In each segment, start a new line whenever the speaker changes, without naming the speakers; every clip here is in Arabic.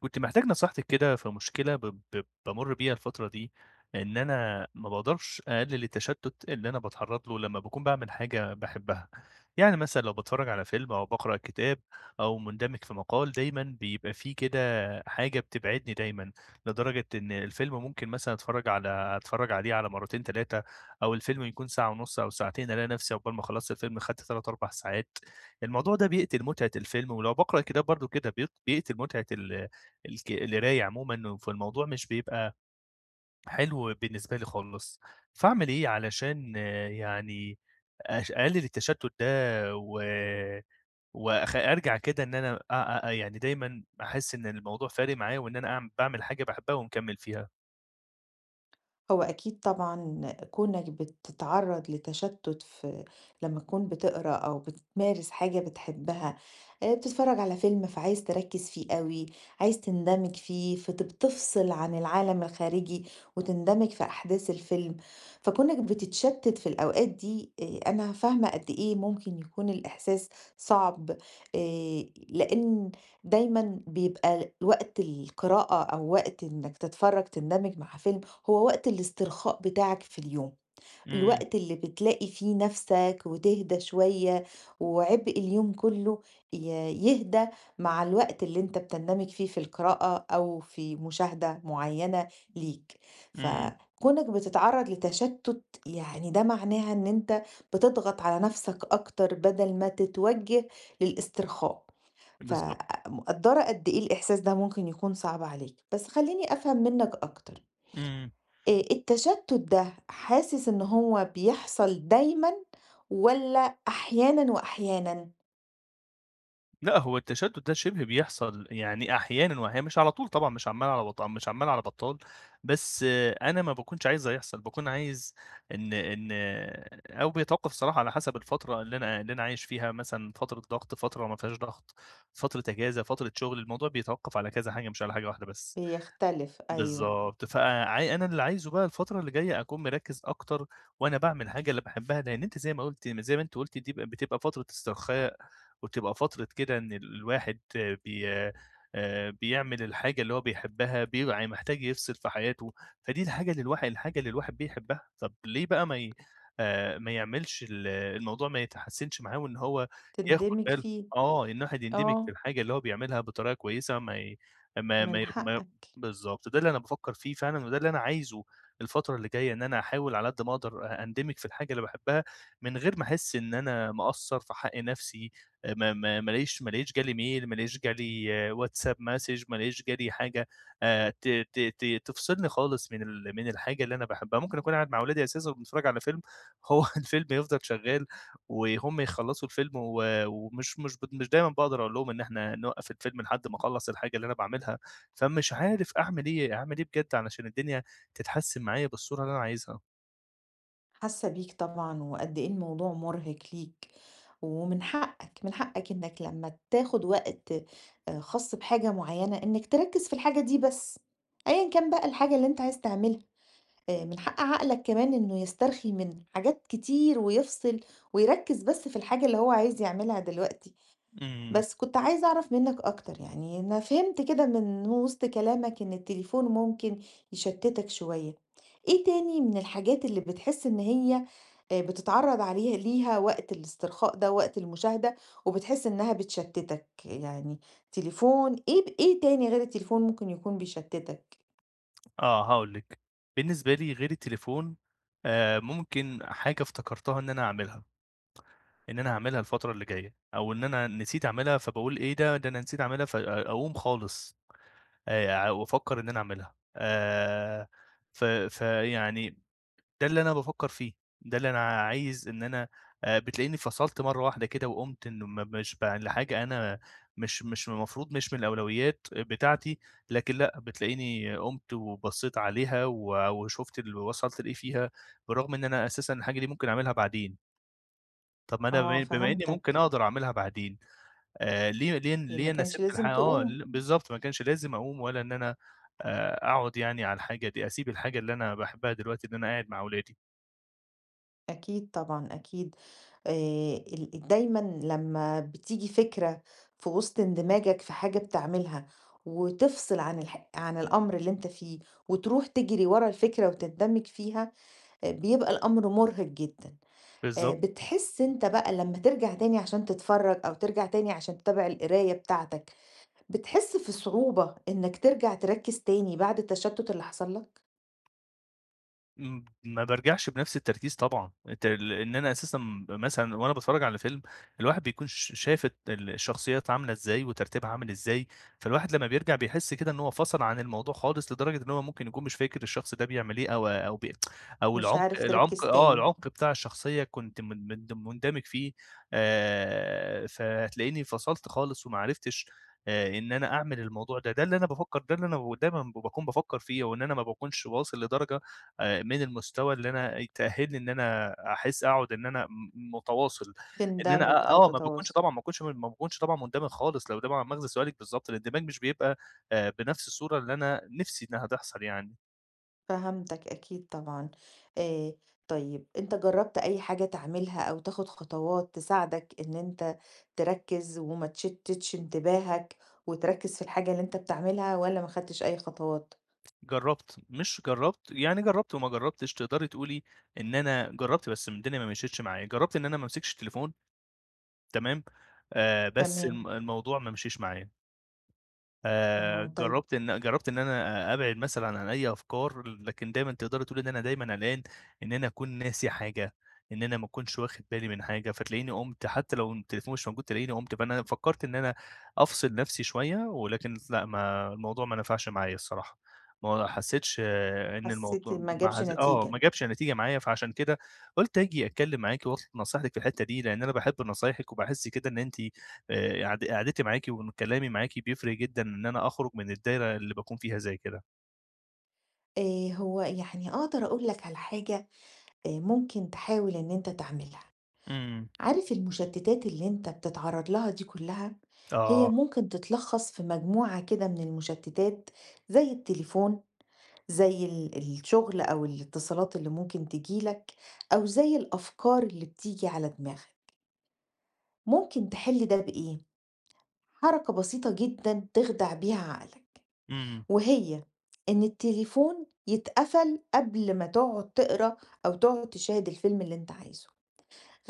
كنت محتاج نصيحتِك كده في مشكلة ب ب بامُر بيها الفترة دي، إن أنا ما باقدرش أقلِّل التشتُّت اللي أنا باتعرّض له لمّا باكون باعمل حاجة باحبها. يعني مثلًا لو باتفرّج على فيلم أو باقرأ كتاب أو مندمج في مقال، دايمًا بيبقى في كده حاجة بتبعدني دايمًا، لدرجة إن الفيلم ممكن مثلًا أتفرّج عليه على مرّتين، 3، أو الفيلم يكون ساعة ونُص أو ساعتين، ألاقي نَفْسي عقبال ما خلّصت الفيلم خدت 3، 4 ساعات. الموضوع ده بيقتل متعة الفيلم، ولو باقرأ كتاب برضه كده بيقتل متعة ال الك القراية عمومًا، فالموضوع مش بيبقى حلو بالنسبة لي خالص. فاعمل إيه علشان يعني أقلل التشتت ده و أرجع كده إن أنا أ أ دايمًا أحس إن الموضوع فارق معايا وإن أنا باعمل حاجة باحبها ومكمل فيها.
هو أكيد طبعًا كونك بتتعرّض لتشتُّت في لمّا تكون بتقرا أو بتمارس حاجة بتحبها، بتتفرّج على فيلم فعايز تركّز فيه أوي، عايز تندمج فيه، بتفصل عن العالم الخارجي وتندمج في أحداث الفيلم، فكونك بتتشتِّت في الأوقات دي أنا فاهمة قد إيه ممكن يكون الإحساس صعب، لإن دايمًا بيبقى وقت القراءة أو وقت إنك تتفرّج تندمج مع فيلم هو وقت الاسترخاء بتاعك في اليوم،
إمم،
الوقت اللي بتلاقي فيه نَفْسك وتهدى شوية وعبء اليوم كُلّه ي يهدى مع الوقت اللي أنت بتندمج فيه في القراءة أو في مشاهدة معيّنة ليك.
إمم،
فكونك بتتعرّض لتشتُّت يعني ده معناها إن أنت بتضغط على نَفْسك أكتر بدل ما تتوجّه للاسترخاء. ف
بالضبط.
مقدّرة قد إيه الإحساس ده ممكن يكون صعب عليك، بس خلّيني أفهم منّك أكتر.
إمم.
التشتُّت ده حاسس إن هو بيحصل دايمًا والّا أحيانًا وأحيانًا؟
لأ، هو التشتُّت ده شِبه بيحصل يعني أحيانًا وأحيانًا، مش على طول طبعًا، مش عَمّال على بطّال، بس آه، أنا ما باكونش عايزه يحصل، باكون عايز إن إن آه، أو بيتوقّف الصراحة على حسب الفترة اللي أنا عايش فيها، مثلًا فترة ضغط، فترة ما فيهاش ضغط، فترة إجازة، فترة شُغل، الموضوع بيتوقّف على كذا حاجة مش على حاجة واحدة بس.
بيختلف أيوه.
بالضبط، أنا اللي عايزه بقى الفترة اللي جاية أكون مركّز أكتر وأنا باعمل حاجة أنا باحبها، لإن أنتِ زي ما أنتِ قُلتِ دي بتبقى فترة استرخاء، وبتبقى فترة كده إن الواحد بي بيعمل الحاجة اللي هو بيحبها، بيبقى محتاج يفصل في حياته، فدي الحاجة اللي الواحد الحاجة اللي الواحد بيحبها، طَب ليه بقى ما يعملش الموضوع ما يتحسّنش معاه وإن هو ياخُد
تندمج
باله
فيه.
آه، إن الواحد يندمج في
آه،
الحاجة اللي هو بيعملها بطريقة كويسة، ما ي ما ما
من
ي ما
حقك.
بالضبط، ده اللي أنا بافكّر فيه فعلًا وده اللي أنا عايزه الفترة اللي جاية، إن أنا أحاول على قد ما أقدر أندمج في الحاجة اللي باحبها، من غير ما أحس إن أنا مقصّر في حق نفسي، ما الاقيش جالي ميل، ما الاقيش جالي آه، واتساب message، ما الاقيش جالي حاجة ت ت ت تفصلني خالص من الحاجة اللي أنا باحبها. ممكن أكون قاعد مع ولادي أساسًا وبنتفرّج على فيلم، هو الفيلم يفضل شغّال وهُم يخلّصوا الفيلم و ومش مش ب مش دايمًا باقدر أقول لهم إن إحنا نوقّف الفيلم لحد ما أخلّص الحاجة اللي أنا باعملها. فمش عارف أعمل إيه، أعمل إيه بجد علشان الدنيا تتحسّن معايا بالصورة اللي أنا عايزها؟
حاسة بيك طبعًا وقد إيه الموضوع مُرهق ليك، ومن حقك، من حقك إنك لمّا تاخد وقت خاص بحاجة معيّنة إنك تركّز في الحاجة دي بس، أيًا كان بقى الحاجة اللي أنت عايز تعملها. من حق عقلك كمان إنه يسترخي من حاجات كتير ويفصل، ويركّز بس في الحاجة اللي هو عايز يعملها دلوقتي.
إمم،
بس كنت عايزة أعرف منّك أكتر، يعني أنا فهمت كده من وسط كلامك إن التليفون ممكن يشتّتك شوية. إيه تاني من الحاجات اللي بتحس إن هي بتتعرّض عليها ليها وقت الاسترخاء ده، وقت المشاهدة، وبتحس إنّها بتشتّتك؟ يعني تليفون إيه تاني غير التليفون ممكن يكون بيشتّتك؟
آه هاقول لِك، بالنسبة لي غير التليفون ممكن حاجة افتكرتها إن أنا أعملها، إن أنا هاعملها الفترة اللي جاية، أو إن أنا نسيت أعملها فباقول إيه ده، ده أنا نسيت أعملها فأقوم خالص، وأفكّر إن أنا أعملها، ف فيعني ده اللي أنا بافكّر فيه، ده اللي أنا عايز إن أنا بتلاقيني فصلت مرّة واحدة كده وقُمت إنه م مش ب لحاجة أنا مش مش المفروض مش من الأولويات بتاعتي، لكن لأ، بتلاقيني قُمت وبصّيت عليها و وشُفت ال وصلت لإيه فيها، بالرغم إن أنا أساسًا الحاجة دي ممكن أعملها بعدين، طَب ما أنا
آه
بما إني ممكن
فهمتك،
أقدر أعملها بعدين،
ما
ليه أنا
كانش
سِبت
لازم
الحا آه،
تقوم.
ل بالضبط، ما كانش لازم أقوم ولا إن أنا أقعد يعني على الحاجة دي، أسيب الحاجة اللي أنا باحبها دلوقتي إن أنا قاعد مع أولادي،
أكيد طبعًا، أكيد. آآ ال دايمًا لمّا بتيجي فكرة في وسط اندماجك في حاجة بتعملها وتفصل عن الأمر اللي أنت فيه وتروح تجري ورا الفكرة وتندمج فيها، بيبقى الأمر مرهق جدًا.
بالضبط.
بتحس أنت بقى لمّا ترجع تاني عشان تتفرج أو ترجع تاني عشان تتابع القراية بتاعتك، بتحس في صعوبة إنك ترجع تركز تاني بعد التشتت اللي حصل لك؟
إمم، ما بارجعش بنفس التركيز طبعًا، الت ال إن أنا أساسًا مثلًا وأنا باتفرّج على فيلم، الواحد بيكون شايف الت ال الشخصيات عاملة إزاي وترتيبها عامل إزاي، فالواحد لمّا بيرجع بيحس كده إن هو فَصَل عن الموضوع خالص، لدرجة إن هو ممكن يكون مش فاكر الشخص ده بيعمل إيه أو
مش عارف
العمق
تركز
آه،
تاني،
العمق بتاع الشخصية كنت من مند مندمج فيه. فهتلاقيني فصلت خالص وما عرفتش إن أنا أعمل الموضوع ده، ده اللي أنا بافكّر ده اللي أنا ب دايمًا باكون بافكّر فيه وإن أنا ما باكونش واصل لدرجة من المستوى اللي أنا يتأهّلني إن أنا أحس أقعد إن أنا متواصل، إن
تندمج
أنا
أو
آه، ما باكونش
تتواصل.
طبعًا ما باكونش طبعًا مندمج خالص، لو ده بقى مغزى سؤالِك بالضبط، الاندماج مش بيبقى بنفس الصورة اللي أنا نِفْسي إنها تحصل يعني.
فهمتك أكيد طبعًا. آآ طيب أنت جرّبت أي حاجة تعملها أو تاخد خطوات تساعدك إن أنت تركّز وما تشتتش انتباهك وتركّز في الحاجة اللي أنت بتعملها والّا ما خدتش أي خطوات؟
جرّبت، مش جرّبت يعني جرّبت وما جرّبتش، تقدري تقولي إن أنا جرّبت بس الدنيا ما مشيتش معايا، جرّبت إن أنا ما امسكش التليفون تمام، بس الم
تمام.
الموضوع ما مشيش معايا.
آه طيب
جرّبت إن أنا أبعد مثلًا عن أي أفكار، لكن دايمًا تقدري تقولي إن أنا دايمًا قلقان إن أنا أكون ناسي حاجة، إن أنا ما أكونش واخد بالي من حاجة، فتلاقيني قُمت حتى لو التليفون مش موجود تلاقيني قُمت، فأنا فكّرت إن أنا أفصل نفسي شوية، ولكن لأ، ما الموضوع ما نفعش معايا الصراحة، ما حسّيتش آه، إن
حسّيت
الموضوع
ما
ما
جابش
حس آه، ما
نتيجة.
جابش نتيجة معايا، فعشان كده قُلت آجي أتكلّم معاكِ وأطلب نصيحتِك في الحتّة دي، لإن أنا باحب نصايحِك وباحس كده إن أنتِ قعدتي معاكِ وإن كلامي معاكِ بيفرق جدًا إن أنا أخرج من الدايرة اللي باكون فيها زي كده.
هو يعني أقدر أقول لك على حاجة ممكن تحاول إن أنت تعملها.
إمم.
عارف المشتتات اللي انت بتتعرض لها دي كلها هي
آه.
ممكن تتلخص في مجموعة كده من المشتتات زي التليفون زي الشغل او الاتصالات اللي ممكن تجيلك او زي الافكار اللي بتيجي على دماغك ممكن تحل ده بايه حركة بسيطة جدا تخدع بيها عقلك
إمم.
وهي ان التليفون يتقفل قبل ما تقعد تقرا او تقعد تشاهد الفيلم اللي انت عايزه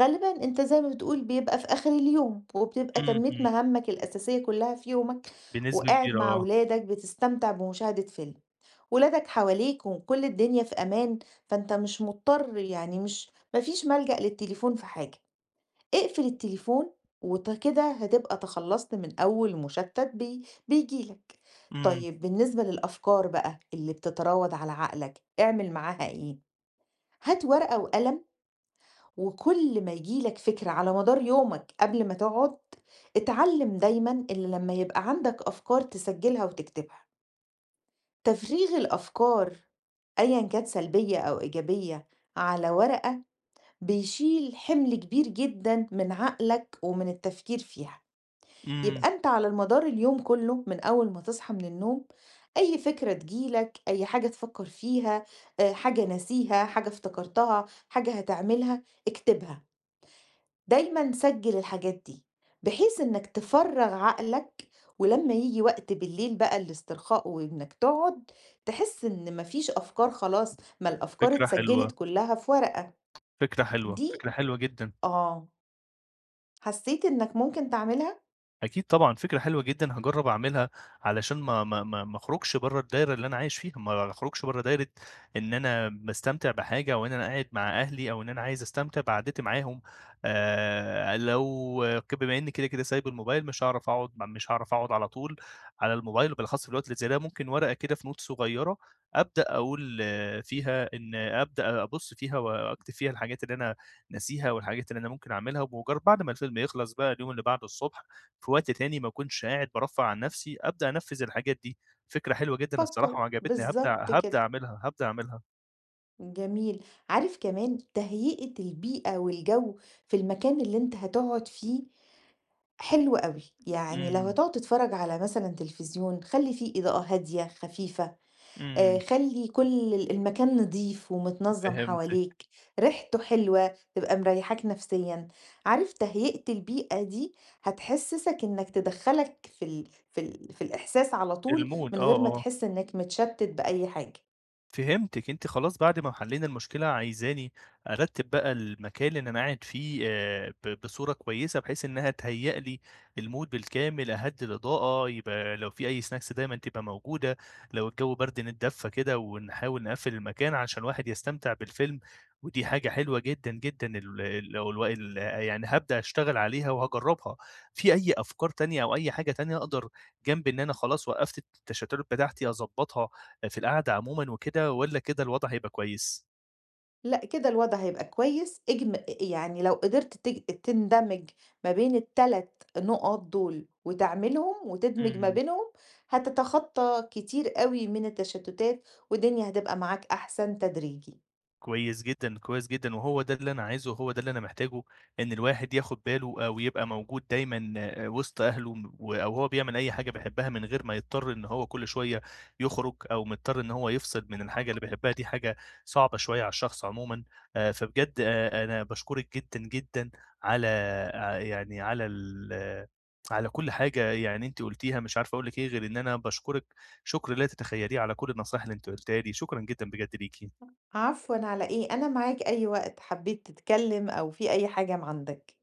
غالبًا أنت زي ما بتقول بيبقى في آخر اليوم، وبتبقى
إمم،
تمّيت
إمم.
مهامك الأساسية كلّها في يومك،
بنسبة
وقاعد
كبيرة
مع
آه.
ولادك بتستمتع بمشاهدة فيلم، ولادك حواليك وكل الدنيا في أمان، فأنت مش مضطر يعني مش ما فيش ملجأ للتليفون في حاجة، اقفل التليفون كده هتبقى تخلّصت من أول مشتت بييجي لك.
إمم،
طيب بالنسبة للأفكار بقى اللي بتتراود على عقلك، اعمل معاها إيه؟ هات ورقة وقلم وكل ما ييجي لك فكرة على مدار يومك قبل ما تقعد، اتعلم دايمًا إن لمّا يبقى عندك أفكار تسجّلها وتكتبها. تفريغ الأفكار أيًا كانت سلبية أو إيجابية على ورقة، بيشيل حمل كبير جدًا من عقلك ومن التفكير فيها.
إمم.
يبقى أنت على المدار اليوم كله من أول ما تصحى من النوم، أي فكرة تيجي لك، أي حاجة تفكّر فيها، حاجة ناسيها، حاجة افتكرتها، حاجة هتعملها، اكتبها. دايمًا سجّل الحاجات دي، بحيث إنك تفرّغ عقلك، ولمّا ييجي وقت بالليل بقى الاسترخاء وإنك تقعد، تحس إن ما فيش أفكار خلاص، ما الأفكار
فكرة حلوة،
اتسجّلت كلّها في ورقة،
فكرة حلوة،
دي
فكرة حلوة جدًا.
آه، حسّيت إنك ممكن تعملها؟
أكيد طبعًا، فكرة حلوة جدًا هاجرّب أعملها علشان ما أخرجش برّه الدايرة اللي أنا عايش فيها، ما أخرجش برّه دايرة إن أنا باستمتع بحاجة أو إن أنا قاعد مع أهلي أو إن أنا عايز أستمتع بقعدتي معاهم، لو ك بما إنّي كده، كده سايب الموبايل مش هاعرف أقعد على طول على الموبايل وبالأخص في الوقت اللي زي ده، ممكن ورقة كده في note صغيّرة أبدأ أقول أبدأ أبُص فيها وأكتب فيها الحاجات اللي أنا ناسيها والحاجات اللي أنا ممكن أعملها، وبمجرّد بعد ما الفيلم يخلص بقى اليوم اللي بعده الصبح في وقت تاني ما أكونش قاعد بارفّه عن نَفْسي، أبدأ أنفّذ الحاجات دي. فكرة حلوة جدًا الصراحة
فكّر،
وعجبتني،
بالضبط
هابدأ
كده،
أعملها، هابدأ أعملها.
جميل. عارف كمان تهيئة البيئة والجَو في المكان اللي أنت هتقعد فيه حلو أوي، يعني لو
إمم،
هتقعد تتفرّج على مثلًا تلفزيون، خلّي فيه إضاءة هادية، خفيفة.
إمم،
خلّي كل المكان نضيف ومتنظّم
فهمتِك.
حواليك، ريحته حلوة تبقى مريّحاك نفسيًا، عارف تهيئة البيئة دي هتحسّسك إنك تدخّلك في الإحساس على طول
الmood
من
آه،
غير ما
آه.
تحس إنك متشتت بأي حاجة،
فهمتِك، أنتِ خلاص بعد ما حلّينا المشكلة عايزاني أرتّب بقى المكان اللي أنا قاعد فيه ب بصورة كويسة، بحيث إنها تهيأ لي الmood بالكامل، أهدّي الإضاءة، يبقى لو في أي snacks دايمًا تبقى موجودة، لو الجو برد نتدفّى كده ونحاول نقفّل المكان عشان الواحد يستمتع بالفيلم، ودي حاجة حلوة جدًا، جدًا ال ال الو ال يعني هابدأ أشتغل عليها وهاجرّبها. في أي أفكار تانية أو أي حاجة تانية أقدر جنب إن أنا خلاص وقّفت التشتُّت بتاعتي أضبّطها في القعدة عمومًا وكده والّا كده الوضع هيبقى كويس؟
لأ كده الوضع هيبقى كويس يعني لو قدرت تندمج ما بين ال3 نقط دول وتعملهم وتدمج ما
إمم.
بينهم، هتتخطى كتير أوي من التشتتات والدنيا هتبقى معاك أحسن تدريجي.
كويس جدًا، كويس جدًا، وهو ده اللي أنا عايزه وهو ده اللي أنا محتاجه، إن الواحد ياخد باله أو يبقى موجود دايمًا آه، وسط أهله أو هو بيعمل أي حاجة بيحبها من غير ما يضطر إن هو كل شوية يخرج أو مضطر إن هو يفصل من الحاجة اللي بيحبها، دي حاجة صعبة شوية على الشخص عمومًا. فبجد أنا باشكرِك جدًا، جدًا على يعني على ال آه، على كل حاجة يعني أنتِ قُلتيها، مش عارف أقول لِك إيه غير إن أنا باشكرِك شكر لا تتخيليه على كل النصايح اللي أنتِ قُلتيها لي، شكرًا جدًا بجد ليكِ.
عفوًا على إيه، أنا معاك أي وقت حبيت تتكلم أو في أي حاجة عندك.